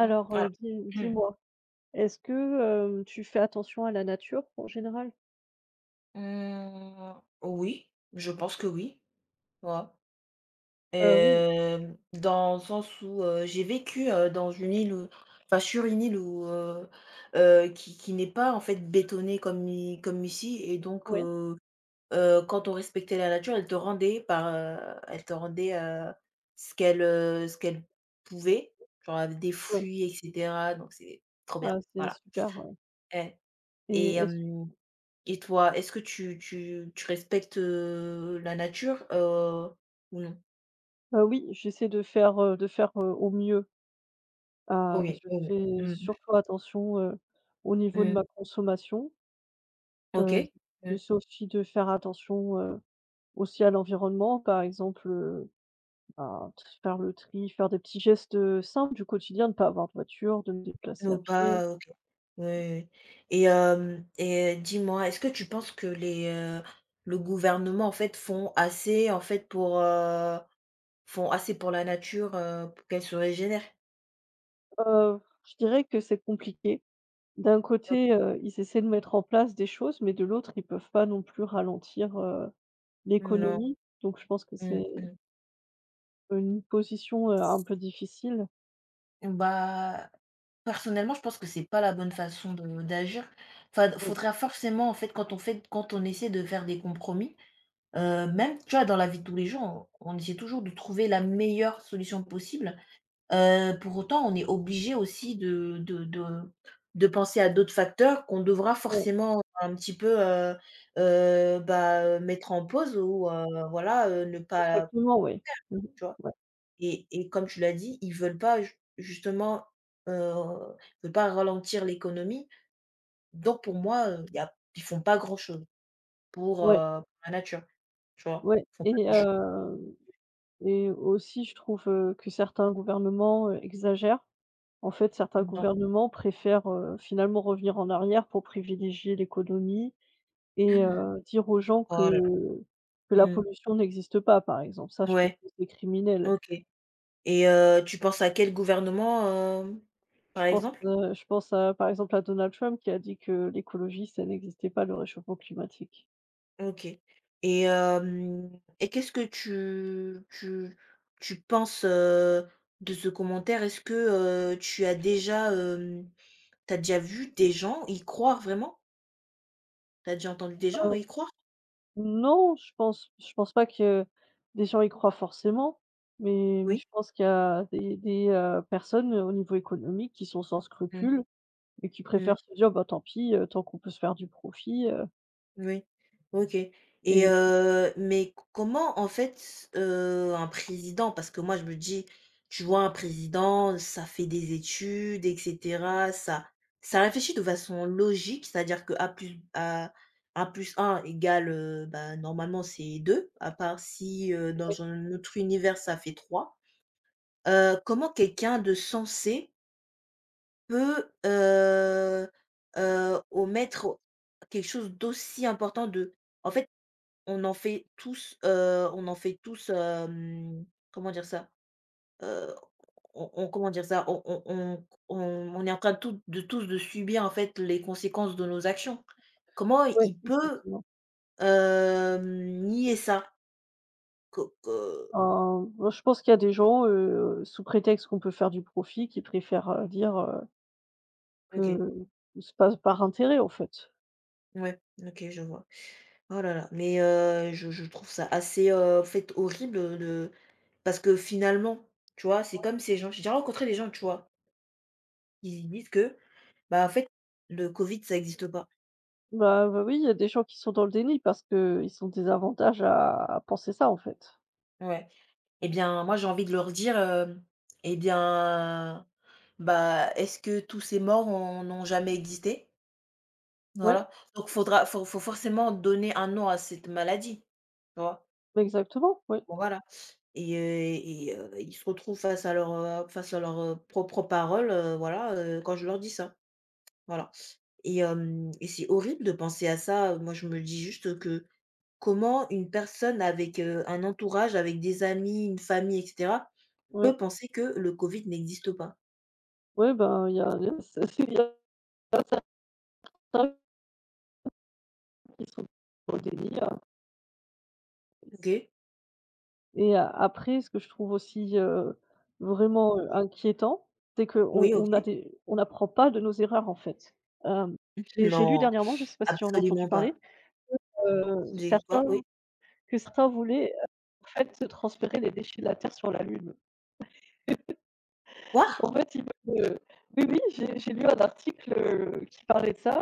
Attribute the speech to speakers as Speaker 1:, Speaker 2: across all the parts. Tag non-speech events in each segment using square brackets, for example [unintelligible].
Speaker 1: Mmh.
Speaker 2: heu,
Speaker 1: Alors,
Speaker 2: dis
Speaker 1: [clears throat]
Speaker 2: dis-moi, est-ce que, tu fais attention à la nature en général?
Speaker 1: mmh, oui, je pense que oui. Voilà.
Speaker 2: Oui,
Speaker 1: Dans le sens où, j'ai vécu, dans une île où enfin sur une île où, qui n'est pas en fait bétonnée comme ici, et donc
Speaker 2: oui.
Speaker 1: quand on respectait la nature, elle te rendait par, elle te rendait, ce qu'elle pouvait, genre avec des
Speaker 2: Ouais.
Speaker 1: fruits et cetera. Donc c'est trop bien,
Speaker 2: Ah, c'est
Speaker 1: voilà.
Speaker 2: super, ouais.
Speaker 1: Ouais. et
Speaker 2: et est-ce
Speaker 1: Et toi, est-ce que tu respectes, la nature, ou non?
Speaker 2: Oui, j'essaie de faire, au mieux. Ah,
Speaker 1: Oui.
Speaker 2: je
Speaker 1: OK.
Speaker 2: fais
Speaker 1: Mmh,
Speaker 2: surtout attention, au niveau de
Speaker 1: mmh.
Speaker 2: ma consommation. Heu,
Speaker 1: OK. Mmh.
Speaker 2: J'essaie aussi de faire attention, aussi à l'environnement, par exemple, bah, faire le tri, faire des petits gestes, simples du quotidien, de ne pas avoir de voiture, de me déplacer à
Speaker 1: Ou
Speaker 2: pied.
Speaker 1: pas, OK. Oui, oui. Oui. Et hem et dis-moi, est-ce que tu penses que le gouvernement, en fait, font assez, en fait, font assez pour la nature, pour qu'elle se régénère?
Speaker 2: Je dirais que c'est compliqué. D'un côté,
Speaker 1: OK.
Speaker 2: ils essaient de mettre en place des choses, mais de l'autre, ils peuvent pas non plus ralentir,
Speaker 1: Non.
Speaker 2: l'économie. Donc je pense que
Speaker 1: Mmh
Speaker 2: c'est
Speaker 1: mh.
Speaker 2: une position, un peu difficile.
Speaker 1: Bah, personnellement, je pense que c'est pas la bonne façon de d'agir. Enfin,
Speaker 2: Mmh,
Speaker 1: faudrait forcément, en fait, quand on essaie de faire des compromis, même, tu vois, dans la vie de tous les jours, on essaie toujours de trouver la meilleure solution possible. Pour autant, on est obligé aussi de penser à d'autres facteurs qu'on devra
Speaker 2: ouais,
Speaker 1: forcément un petit peu, bah, mettre en pause, ou voilà, ne pas,
Speaker 2: exactement, ouais. Mmh mh.
Speaker 1: tu vois?
Speaker 2: Ouais,
Speaker 1: Et comme tu l'as dit, ils veulent pas ju justement, heu, ils veulent pas ralentir l'économie. Donc pour moi, y a ils font pas grand-chose
Speaker 2: ouais,
Speaker 1: pour la nature, tu vois?
Speaker 2: ouais
Speaker 1: Ils font pas
Speaker 2: et
Speaker 1: grand-chose.
Speaker 2: aussi je trouve, que certains gouvernements, exagèrent. En fait, certains
Speaker 1: Non.
Speaker 2: gouvernements préfèrent, finalement revenir en arrière pour privilégier l'économie. Et dire aux gens
Speaker 1: Oh
Speaker 2: que
Speaker 1: là là.
Speaker 2: la
Speaker 1: Mmh.
Speaker 2: pollution n'existe pas, par exemple. Ça, je trouve
Speaker 1: Ouais,
Speaker 2: que c'est criminel.
Speaker 1: OK. Et tu penses à quel gouvernement,
Speaker 2: Je
Speaker 1: par
Speaker 2: pense,
Speaker 1: exemple?
Speaker 2: heu, je pense à, par exemple, à Donald Trump qui a dit que l'écologie, ça n'existait pas, le réchauffement climatique.
Speaker 1: OK. Et hem et qu'est-ce que tu penses, de ce commentaire? Est-ce que, heu, tu as déjà, t'as déjà vu des gens y croire vraiment? T'as déjà entendu des gens
Speaker 2: Heu,
Speaker 1: y croire?
Speaker 2: non, je pense pas que des gens y croient forcément, mais
Speaker 1: Oui.
Speaker 2: je pense qu'il y a des personnes au niveau économique qui sont sans
Speaker 1: Mmh.
Speaker 2: scrupules et qui
Speaker 1: Mmh.
Speaker 2: préfèrent se dire: «Bah, tant pis, tant qu'on peut se faire du profit,»
Speaker 1: Oui. OK. Et
Speaker 2: et
Speaker 1: mais co comment, en fait, un président, parce que moi je me dis, tu vois, un président, ça fait des études et cetera, ça réfléchit de façon logique, c'est-à-dire que A plus un égale, bah, normalement c'est deux, à part si,
Speaker 2: ouais,
Speaker 1: dans un autre univers, ça fait 3. Comment quelqu'un de sensé peut, omettre quelque chose d'aussi important, de en fait, on en fait tous, on en fait tous, hem, comment dire ça? Heu, on Comment dire ça? On est en train de, tout de tous de subir, en fait, les conséquences de nos actions. Comment
Speaker 2: ouais,
Speaker 1: il peut,
Speaker 2: exactement.
Speaker 1: nier ça? Co co
Speaker 2: Heu, Moi je pense qu'il y a des gens, sous prétexte qu'on peut faire du profit, qui préfèrent, dire, que
Speaker 1: OK,
Speaker 2: se passe par intérêt en fait.
Speaker 1: ouais, OK, je vois. Oh là là, mais je trouve ça assez, en fait, horrible, de parce que finalement, tu vois, c'est comme ces gens j'ai déjà rencontré des gens, tu vois? Ils disent que, bah, en fait, le Covid, ça existe pas.
Speaker 2: Bah, bah, oui, il y a des gens qui sont dans le déni parce qu'ils sont désavantages à penser ça en fait.
Speaker 1: Ouais. Et bien, moi, j'ai envie de leur dire, hem: «Eh bien, bah, est-ce que tous ces morts ont n'ont jamais existé?»
Speaker 2: Oui,
Speaker 1: Voilà. Donc faudra faut faut forcément donner un nom à cette maladie, tu vois?
Speaker 2: exactement, oui,
Speaker 1: Bon, voilà. Et ils se retrouvent face à leur, propres paroles, voilà, quand je leur dis ça, voilà. Et hem et c'est horrible de penser à ça, moi je me dis juste que comment une personne avec, un entourage, avec des amis, une famille et cetera,
Speaker 2: oui,
Speaker 1: peut penser que le Covid n'existe pas?
Speaker 2: oui. Ben, il y a [laughs] il y a ça, il qui sont dans le déni,
Speaker 1: OK,
Speaker 2: Et a après, ce que je trouve aussi, vraiment, inquiétant, c'est qu'on
Speaker 1: oui, OK.
Speaker 2: on a des on n'apprend pas de nos erreurs, en fait. Hem, j'ai lu
Speaker 1: Non,
Speaker 2: dernièrement, je ne sais pas si tu en as entendu
Speaker 1: absolument
Speaker 2: parler.
Speaker 1: pas. J'ai
Speaker 2: Certains
Speaker 1: quoi? Oui.
Speaker 2: Que certains voulaient, en fait, se transférer les déchets de la Terre sur la Lune.
Speaker 1: Quoi?
Speaker 2: En fait, ils veulent, oui, oui, j'ai lu un article, qui parlait de ça,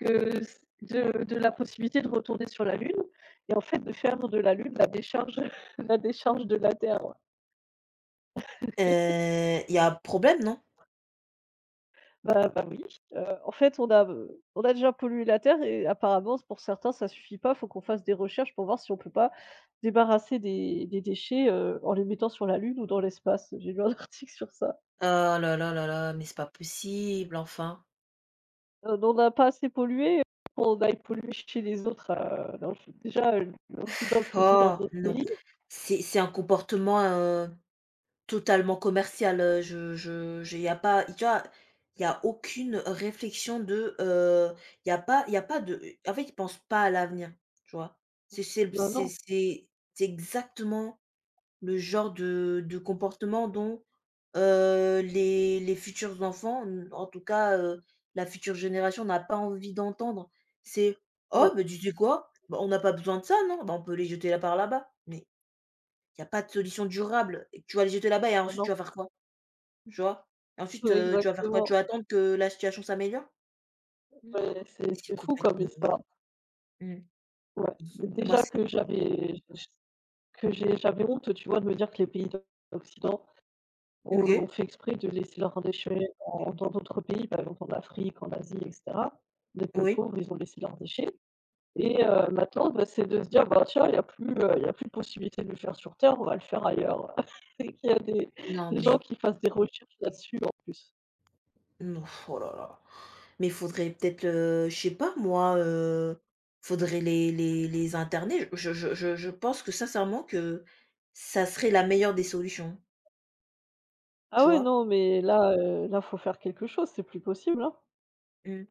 Speaker 2: que c de la possibilité de retourner sur la Lune et en fait de faire de la Lune la décharge [laughs] la décharge de la Terre.
Speaker 1: Il y a un problème, non?
Speaker 2: Bah bah oui, en fait, on a déjà pollué la terre et apparemment, pour certains, ça suffit pas. Il faut qu'on fasse des recherches pour voir si on peut pas débarrasser des déchets, en les mettant sur la lune ou dans l'espace. J'ai lu un [laughs] article sur ça.
Speaker 1: Oh là là là là, mais c'est pas possible, enfin.
Speaker 2: On n'a pas assez pollué, pour qu'on aille polluer chez les autres, dans le déjà, l'Occident le faisait dans
Speaker 1: Oh,
Speaker 2: d'autres
Speaker 1: non.
Speaker 2: pays.
Speaker 1: C'est un comportement, totalement commercial, je y a pas, tu vois? Y a aucune réflexion, y a pas, de en fait, ils pensent pas à l'avenir, tu vois? C'est c'est c'est
Speaker 2: Maintenant
Speaker 1: c'est c'est exactement le genre de comportement dont, les futurs enfants, n en tout cas, la future génération n'a pas envie d'entendre. C'est: «Oh,
Speaker 2: Ouais,
Speaker 1: bah, tu sais quoi? Bah, on n'a pas besoin de ça, non? Bah, on peut les jeter là, par là-bas». Mais il y a pas de solution durable. Et tu vas le jeter là-bas, et ensuite tu
Speaker 2: maintenant
Speaker 1: vas faire quoi? Tu vois? Et
Speaker 2: [laughs]
Speaker 1: ensuite,
Speaker 2: ouais,
Speaker 1: tu vas faire quoi? Tu
Speaker 2: exactement.
Speaker 1: vas attendre que la situation s'améliore? Non,
Speaker 2: Ouais, c'est
Speaker 1: mais c'est
Speaker 2: c'est fou comme
Speaker 1: complètement,
Speaker 2: histoire.
Speaker 1: mmh,
Speaker 2: Ouais,
Speaker 1: moi
Speaker 2: déjà
Speaker 1: c'est,
Speaker 2: que j'avais que j'ai j'avais honte, tu vois, de me dire que les pays d'occident on
Speaker 1: OK,
Speaker 2: fait exprès de laisser leurs déchets en dans d'autres pays, par exemple en Afrique, en Asie et cetera. Des pays
Speaker 1: oui.
Speaker 2: pauvres, ils ont laissé leurs déchets et maintenant, bah, c'est de se dire: «Bah, tiens, il y a plus de possibilité de le faire sur terre, on va le faire ailleurs» [laughs] et qu'il y a des
Speaker 1: Non,
Speaker 2: des gens
Speaker 1: mais
Speaker 2: qui fassent des recherches là-dessus en plus.
Speaker 1: non, oh là là. Mais faudrait peut-être, je sais pas moi, faudrait les interner. Je pense que sincèrement que ça serait la meilleure des solutions,
Speaker 2: Ah
Speaker 1: tu
Speaker 2: ouais,
Speaker 1: vois?
Speaker 2: non, mais là, faut faire quelque chose, c'est plus possible, hein.
Speaker 1: Mmh,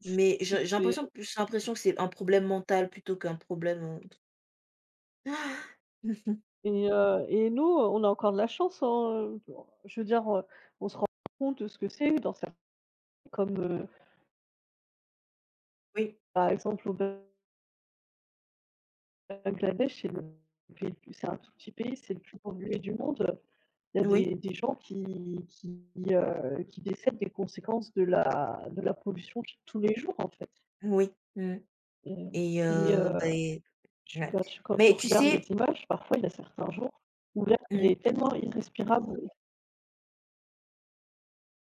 Speaker 2: [laughs]
Speaker 1: mais j'ai
Speaker 2: C'est
Speaker 1: l'impression plus j'ai l'impression que c'est un problème mental plutôt qu'un problème, ah! [laughs]
Speaker 2: et nous, on a encore de la chance, hein, je veux dire, on compte de ce que c'est dans certains comme,
Speaker 1: Oui,
Speaker 2: par exemple, au Brésil Bangladesh, c'est le pays le plus c'est un tout petit pays, c'est le plus pollué du monde. Il y a
Speaker 1: oui,
Speaker 2: des gens qui qui, qui décèdent des conséquences de la pollution ch tous les jours, en fait.
Speaker 1: oui,
Speaker 2: et
Speaker 1: et
Speaker 2: et heu,
Speaker 1: beh,
Speaker 2: tu
Speaker 1: ouais.
Speaker 2: bah, tu quand tu
Speaker 1: Mais tu
Speaker 2: regardes
Speaker 1: sais,
Speaker 2: les images, parfois, il y a certains jours où l'air, il
Speaker 1: mmh,
Speaker 2: est tellement irrespirable.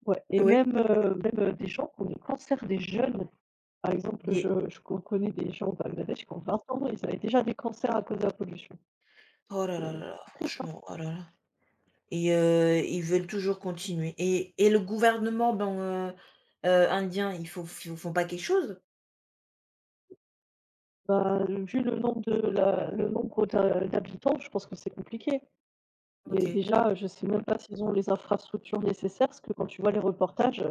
Speaker 2: Ouais et
Speaker 1: oui,
Speaker 2: même, des gens qui ont des cancers, des jeunes. Par exemple, je
Speaker 1: des
Speaker 2: je connais des gens au Bangladesh qui ont 20 ans, ils avaient déjà des cancers à cause de la pollution.
Speaker 1: oh là
Speaker 2: C'est
Speaker 1: là là là,
Speaker 2: c'est triste, hein.
Speaker 1: franchement, oh là là. Et ils veulent toujours continuer, et le gouvernement, ben, heu indien, ils font pas quelque chose?
Speaker 2: Bah, vu le nombre d'habitants, je pense que c'est compliqué. Dé
Speaker 1: OK.
Speaker 2: déjà, je sais même pas s'ils ont les infrastructures nécessaires, parce que quand tu vois les reportages,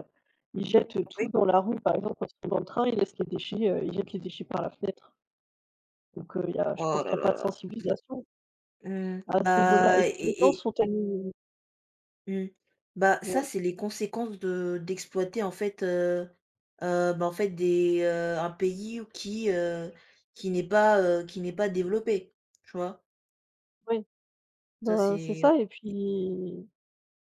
Speaker 2: ils jettent tout
Speaker 1: Oui.
Speaker 2: dans la rue. Par exemple, quand ils sont dans le train, ils jettent les déchets par la fenêtre. Donc, il y a je
Speaker 1: Oh
Speaker 2: pense qu'il
Speaker 1: là
Speaker 2: y a
Speaker 1: là
Speaker 2: pas
Speaker 1: là
Speaker 2: de
Speaker 1: là.
Speaker 2: sensibilisation
Speaker 1: Mmh,
Speaker 2: à ce niveau-là et
Speaker 1: bah,
Speaker 2: puis les gens
Speaker 1: et
Speaker 2: sont tellement
Speaker 1: mmh. Bah, ça,
Speaker 2: ouais,
Speaker 1: c'est les conséquences de d'exploiter, en fait, bah, en fait, un pays, ou qui, qui n'est pas développé, tu vois?
Speaker 2: ouais,
Speaker 1: Ça
Speaker 2: bah, c'est
Speaker 1: c'est
Speaker 2: ça et puis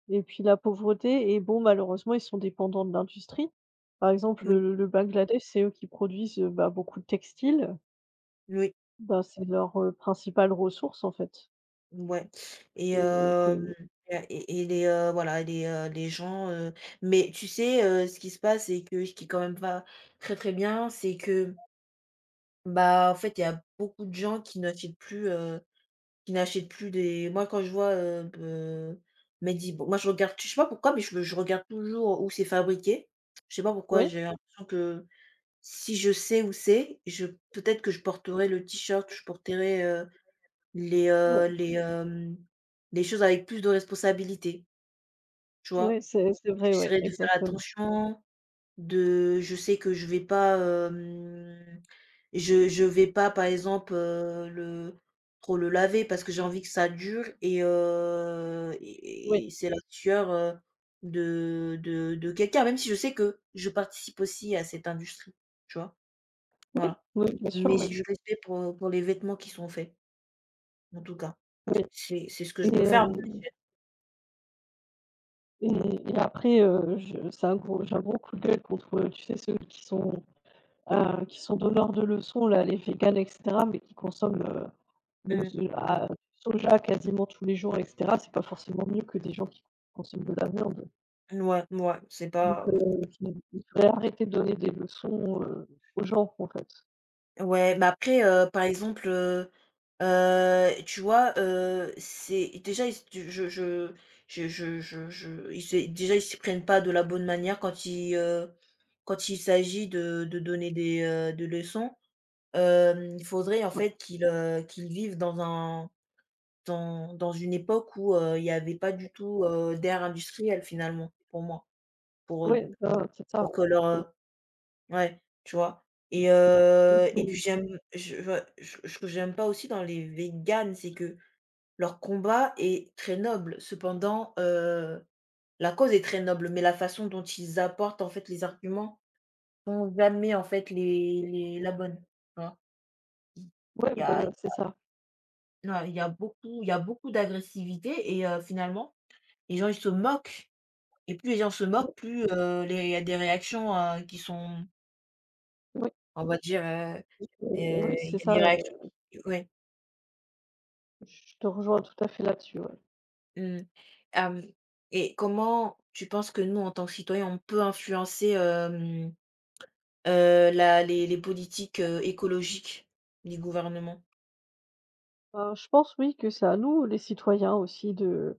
Speaker 2: la pauvreté et bon, malheureusement, ils sont dépendants de l'industrie. Par exemple,
Speaker 1: oui,
Speaker 2: le Bangladesh, c'est eux qui produisent, bah, beaucoup de textiles.
Speaker 1: oui,
Speaker 2: Bah, c'est leur, principale ressource en fait,
Speaker 1: ouais. Et hem
Speaker 2: économique.
Speaker 1: et voilà, les gens, mais tu sais, ce qui se passe, et que ce qui est quand même pas très, très bien, c'est que, bah, en fait, il y a beaucoup de gens qui n'achètent plus, qui n'achètent plus des, moi quand je vois, Medib moi je regarde, je sais pas pourquoi, mais je regarde toujours où c'est fabriqué. Je sais pas pourquoi,
Speaker 2: Oui,
Speaker 1: j'ai l'impression que si je sais où c'est, je peut-être que je porterai le t-shirt, je porterai, les, heu,
Speaker 2: oui,
Speaker 1: les, hem, les choses avec plus de responsabilité, tu
Speaker 2: oui,
Speaker 1: vois?
Speaker 2: c'est vrai, oui,
Speaker 1: J'essaierai de faire
Speaker 2: exactement.
Speaker 1: attention, de je sais que je vais pas, hem, je vais pas, par exemple, le trop le laver, parce que j'ai envie que ça dure. Et
Speaker 2: Oui,
Speaker 1: et c'est la sueur, de quelqu'un, même si je sais que je participe aussi à cette industrie, tu vois?
Speaker 2: oui,
Speaker 1: Voilà.
Speaker 2: oui, bien sûr,
Speaker 1: Mais
Speaker 2: oui,
Speaker 1: j'ai du respect pour, les vêtements qui sont faits, en tout cas.
Speaker 2: oui
Speaker 1: C'est ce que je
Speaker 2: et
Speaker 1: peux
Speaker 2: hem
Speaker 1: faire.
Speaker 2: et et après, je c'est un gros j'ai un gros coup de gueule contre, tu sais ceux qui sont, donneurs de leçons là, les végans et cetera, mais qui consomment,
Speaker 1: Mmh,
Speaker 2: soja quasiment tous les jours et cetera. C'est pas forcément mieux que des gens qui consomment de la viande.
Speaker 1: ouais, ouais, c'est
Speaker 2: Donc,
Speaker 1: pas
Speaker 2: il faudrait arrêter de donner des leçons, aux gens en fait.
Speaker 1: ouais, mais après, par exemple, tu vois, c'est déjà ils tu je ils se déjà ils s'y prennent pas de la bonne manière quand ils, quand il s'agit de donner des leçons. Il faudrait en fait qu'ils, qu'ils vivent dans un dans dans une époque où, il y avait pas du tout, d'ère industrielle, finalement pour moi, pour, heu,
Speaker 2: Ouais,
Speaker 1: pour,
Speaker 2: bah, c'est ça,
Speaker 1: pour que
Speaker 2: ouais.
Speaker 1: leur,
Speaker 2: Mmh.
Speaker 1: ouais, tu vois?
Speaker 2: Ils
Speaker 1: Et puis j'aime, je j ce que j'aime pas aussi dans les véganes, c'est que leur combat est très noble. Cependant, la cause est très noble, mais la façon dont ils apportent, en fait, les arguments sont jamais, en fait, les la bonne, tu vois?
Speaker 2: Ouais,
Speaker 1: Il y a
Speaker 2: bah, c'est ça.
Speaker 1: non, il y a beaucoup d'agressivité. Et finalement, les gens, ils se moquent. Et plus les gens se
Speaker 2: Oui,
Speaker 1: moquent, plus, les il y a des réactions, qui sont,
Speaker 2: oui,
Speaker 1: on va dire,
Speaker 2: je oui,
Speaker 1: il
Speaker 2: c'est
Speaker 1: y a
Speaker 2: ça,
Speaker 1: des réactions qui ouais,
Speaker 2: je te rejoins tout à fait là-dessus, ouais.
Speaker 1: mmh. Hem Et comment tu penses que nous, en tant que citoyens, on peut influencer, hem la les politiques, écologiques, des gouvernements.
Speaker 2: Ben, je pense, oui, que c'est à nous, les citoyens aussi, de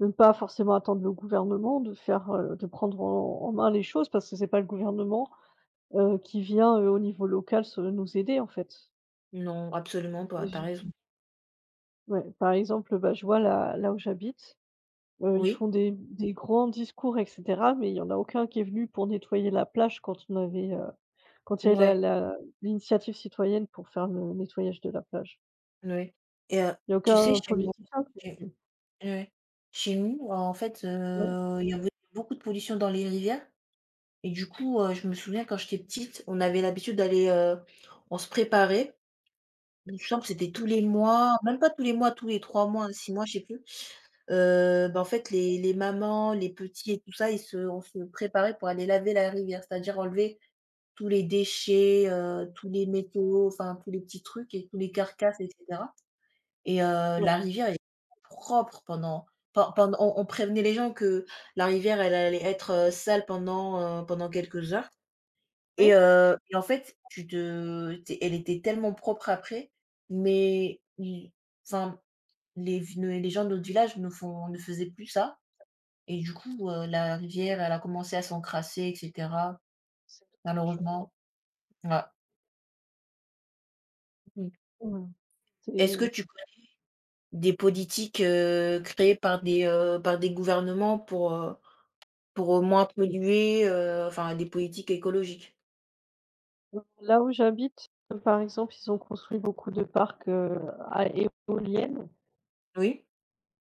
Speaker 2: ne pas forcément attendre le gouvernement, de prendre en main les choses parce que c'est pas le gouvernement, qui vient, au niveau local se nous aider, en fait.
Speaker 1: Non, absolument
Speaker 2: Et
Speaker 1: pas, t'as
Speaker 2: j
Speaker 1: raison.
Speaker 2: Ouais, par exemple, bah, je vois là où j'habite, ils
Speaker 1: Oui,
Speaker 2: font des grands discours et cetera, mais il y en a aucun qui est venu pour nettoyer la plage quand il y a eu la
Speaker 1: ouais,
Speaker 2: la l'initiative citoyenne pour faire le nettoyage de la plage.
Speaker 1: ouais. Et
Speaker 2: Il y a
Speaker 1: tu sais
Speaker 2: aucun
Speaker 1: chez nous
Speaker 2: politicien qui [unintelligible]
Speaker 1: chez
Speaker 2: l'a fait.
Speaker 1: ouais, chez nous, en fait,
Speaker 2: Ouais,
Speaker 1: il y avait beaucoup de pollution dans les rivières. Et du coup, je me souviens quand j'étais petite, on avait l'habitude d'aller, on se préparait, il me semble que c'était tous les mois, même pas tous les mois, tous les 3 mois, 6 mois, je sais plus. Bah, en fait, les mamans, les petits et tout ça, ils se on se préparait pour aller laver la rivière, c'est-à-dire enlever tous les déchets, tous les métaux, enfin tous les petits trucs et tous les carcasses et cetera. Et
Speaker 2: ouais,
Speaker 1: la rivière est propre pendant, on prévenait les gens que la rivière, elle allait être, sale pendant, pendant quelques heures.
Speaker 2: oui.
Speaker 1: Et et en fait, tu te tu elle était tellement propre après, mais i enfin les vi ne les gens de notre village ne faisaient plus ça. Et du coup, la rivière, elle a commencé à s'encrasser et cetera,
Speaker 2: C'est dommage,
Speaker 1: malheureusement. Ouais. Mmh.
Speaker 2: ouais. Mmh. C'est
Speaker 1: Est-ce que tu Des politiques, créées par des gouvernements, moins polluer, enfin des politiques écologiques.
Speaker 2: Là où j'habite, par exemple, ils ont construit beaucoup de parcs, à éoliennes.
Speaker 1: Oui,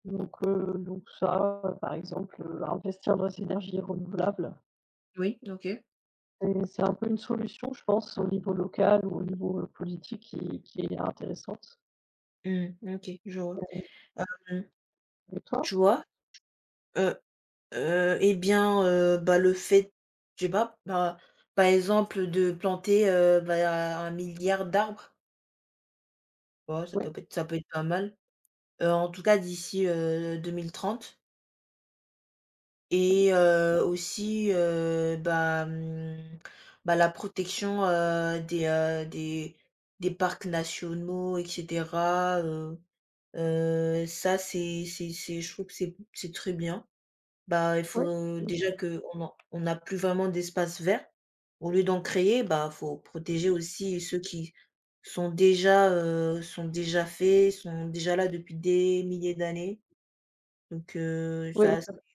Speaker 2: Donc ça, par exemple, investir dans les énergies renouvelables,
Speaker 1: oui, OK.
Speaker 2: c'est un peu une solution, je pense, au niveau local ou au niveau, politique qui est intéressante.
Speaker 1: Mmh, OK, je vois. Hem,
Speaker 2: Et toi?
Speaker 1: Tu vois? Heu, et bien, bah, le fait je sais pas, bah, par exemple, de planter, bah, 1 000 d'arbres, tu ça
Speaker 2: Oui,
Speaker 1: peut être, pas mal. En tout cas d'ici, 2030. Et aussi, bah, mmh, bah, la protection, des parcs nationaux et cetera, ça c'est je trouve que c'est très bien. Bah, il
Speaker 2: oui,
Speaker 1: faut
Speaker 2: exa
Speaker 1: déjà, qu'on en on n'a plus vraiment d'espace vert. Au lieu d'en créer, bah, faut protéger aussi ceux qui sont déjà faits, sont déjà là depuis des milliers d'années. Donc
Speaker 2: ouais,
Speaker 1: ça
Speaker 2: exactement.